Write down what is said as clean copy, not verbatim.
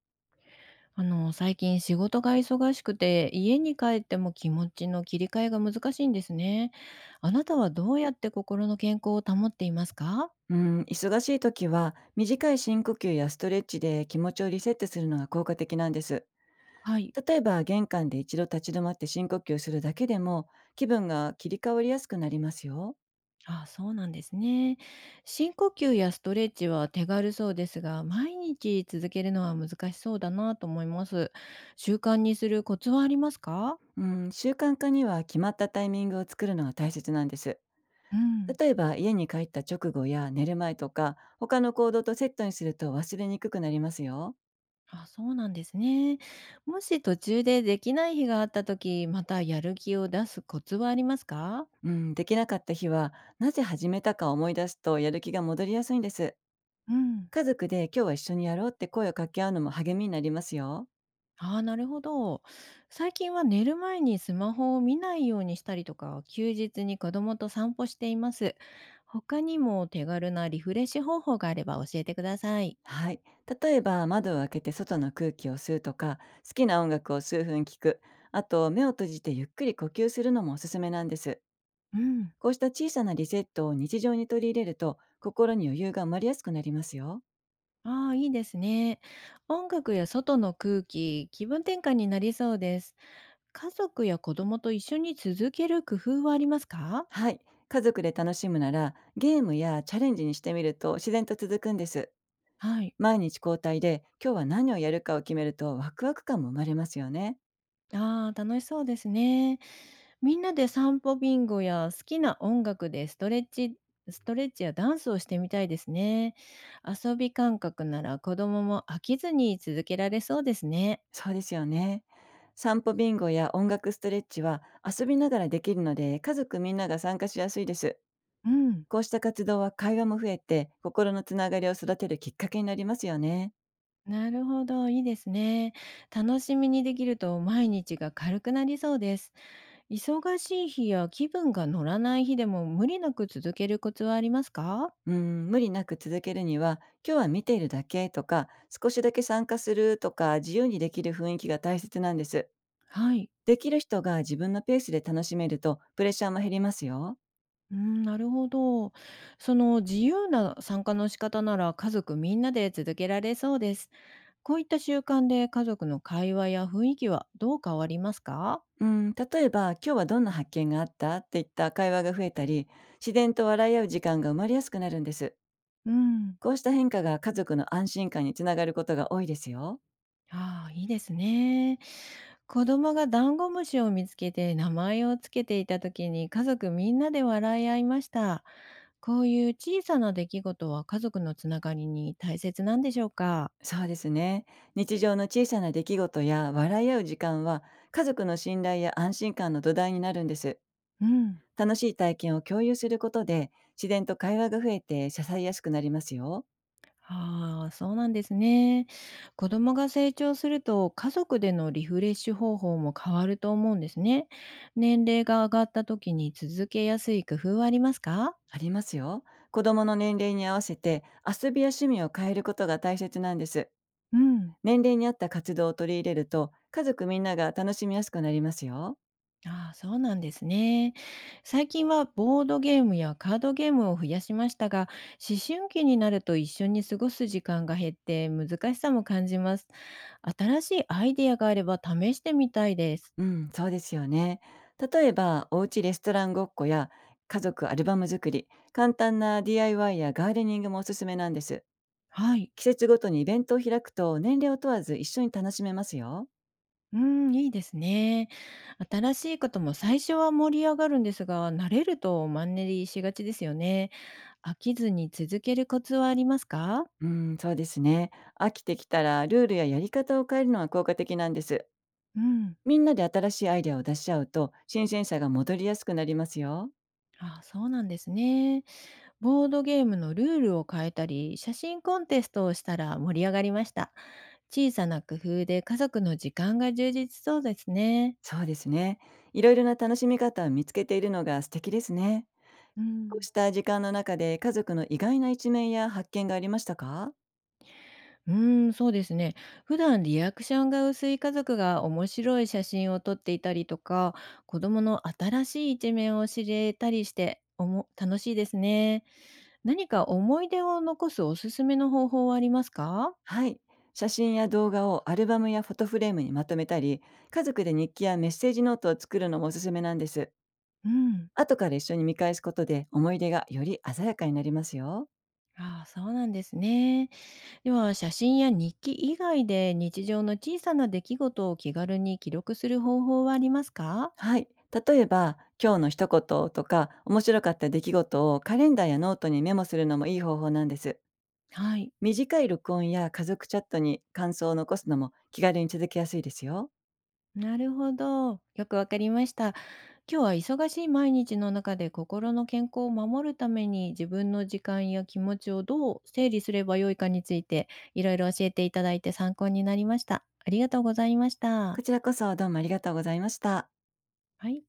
最近仕事が忙しくて、家に帰っても気持ちの切り替えが難しいんですね。あなたはどうやって心の健康を保っていますか？うん、忙しい時は短い深呼吸やストレッチで気持ちをリセットするのが効果的なんです。はい。例えば玄関で一度立ち止まって深呼吸するだけでも気分が切り替わりやすくなりますよ。あ、そうなんですね。深呼吸やストレッチは手軽そうですが、毎日続けるのは難しそうだなと思います。習慣にするコツはありますか？うん、習慣化には決まったタイミングを作るのが大切なんです。うん。例えば、家に帰った直後や寝る前とか、他の行動とセットにすると忘れにくくなりますよ。あ、そうなんですね。もし途中でできない日があった時、またやる気を出すコツはありますか？うん、できなかった日は、なぜ始めたか思い出すとやる気が戻りやすいんです。うん。家族で今日は一緒にやろうって声を掛け合うのも励みになりますよ。ああ、なるほど。最近は寝る前にスマホを見ないようにしたりとか、休日に子供と散歩しています。他にも手軽なリフレッシュ方法があれば教えてください。はい。例えば、窓を開けて外の空気を吸うとか、好きな音楽を数分聞く。あと、目を閉じてゆっくり呼吸するのもおすすめなんです。うん。こうした小さなリセットを日常に取り入れると、心に余裕が生まれやすくなりますよ。ああ、いいですね。音楽や外の空気、気分転換になりそうです。家族や子供と一緒に続ける工夫はありますか？はい。家族で楽しむなら、ゲームやチャレンジにしてみると自然と続くんです。はい。毎日交代で今日は何をやるかを決めると、ワクワク感も生まれますよね。ああ、楽しそうですね。みんなで散歩ビンゴや好きな音楽でストレッチやダンスをしてみたいですね。遊び感覚なら子供も飽きずに続けられそうですね。そうですよね。散歩ビンゴや音楽ストレッチは遊びながらできるので、家族みんなが参加しやすいです。うん。こうした活動は会話も増えて、心のつながりを育てるきっかけになりますよね。なるほど。いいですね。楽しみにできると毎日が軽くなりそうです。忙しい日や気分が乗らない日でも無理なく続けるコツはありますか？うん、無理なく続けるには、今日は見ているだけとか、少しだけ参加するとか、自由にできる雰囲気が大切なんです。はい。できる人が自分のペースで楽しめると、プレッシャーも減りますよ。うん、なるほど。その自由な参加の仕方なら家族みんなで続けられそうです。こういった習慣で家族の会話や雰囲気はどう変わりますか？うん、例えば、今日はどんな発見があったっていった会話が増えたり、自然と笑い合う時間が生まれやすくなるんです。うん、こうした変化が家族の安心感につながることが多いですよ。ああ、いいですね。子供がダンゴムシを見つけて名前をつけていた時に家族みんなで笑い合いました。こういう小さな出来事は家族のつながりに大切なんでしょうか？そうですね。日常の小さな出来事や笑い合う時間は、家族の信頼や安心感の土台になるんです。うん。楽しい体験を共有することで、自然と会話が増えて支えやすくなりますよ。ああ、そうなんですね。子供が成長すると家族でのリフレッシュ方法も変わると思うんですね。年齢が上がった時に続けやすい工夫はありますか？ありますよ。子供の年齢に合わせて遊びや趣味を変えることが大切なんです。うん。年齢に合った活動を取り入れると、家族みんなが楽しみやすくなりますよ。ああ、そうなんですね。最近はボードゲームやカードゲームを増やしましたが、思春期になると一緒に過ごす時間が減って難しさも感じます。新しいアイデアがあれば試してみたいです。うん、そうですよね。例えば、おうちレストランごっこや家族アルバム作り、簡単な DIY やガーデニングもおすすめなんです。はい。季節ごとにイベントを開くと、年齢を問わず一緒に楽しめますよ。うーん、いいですね。新しいことも最初は盛り上がるんですが、慣れるとマンネリしがちですよね。飽きずに続けるコツはありますか？うん、そうですね。飽きてきたら、ルールややり方を変えるのが効果的なんです。うん。みんなで新しいアイデアを出し合うと、新鮮さが戻りやすくなりますよ。あ、そうなんですね。ボードゲームのルールを変えたり、写真コンテストをしたら盛り上がりました。小さな工夫で家族の時間が充実しそうですね。そうですね。いろいろな楽しみ方を見つけているのが素敵ですね。うこうん。した時間の中で、家族の意外な一面や発見がありましたか？うーん、そうですね。普段リアクションが薄い家族が面白い写真を撮っていたりとか、子供の新しい一面を知れたりして、おも楽しいですね。何か思い出を残すおすすめの方法はありますか？はい。写真や動画をアルバムやフォトフレームにまとめたり、家族で日記やメッセージノートを作るのもおすすめなんです。うん。後から一緒に見返すことで、思い出がより鮮やかになりますよ。ああ、そうなんですね。では、写真や日記以外で日常の小さな出来事を気軽に記録する方法はありますか？はい。例えば、今日の一言とか、面白かった出来事をカレンダーやノートにメモするのもいい方法なんです。はい、短い録音や家族チャットに感想を残すのも気軽に続けやすいですよ。なるほど。よくわかりました。今日は忙しい毎日の中で心の健康を守るために自分の時間や気持ちをどう整理すればよいかについていろいろ教えていただいて参考になりました。ありがとうございました。こちらこそ、どうもありがとうございました。はい。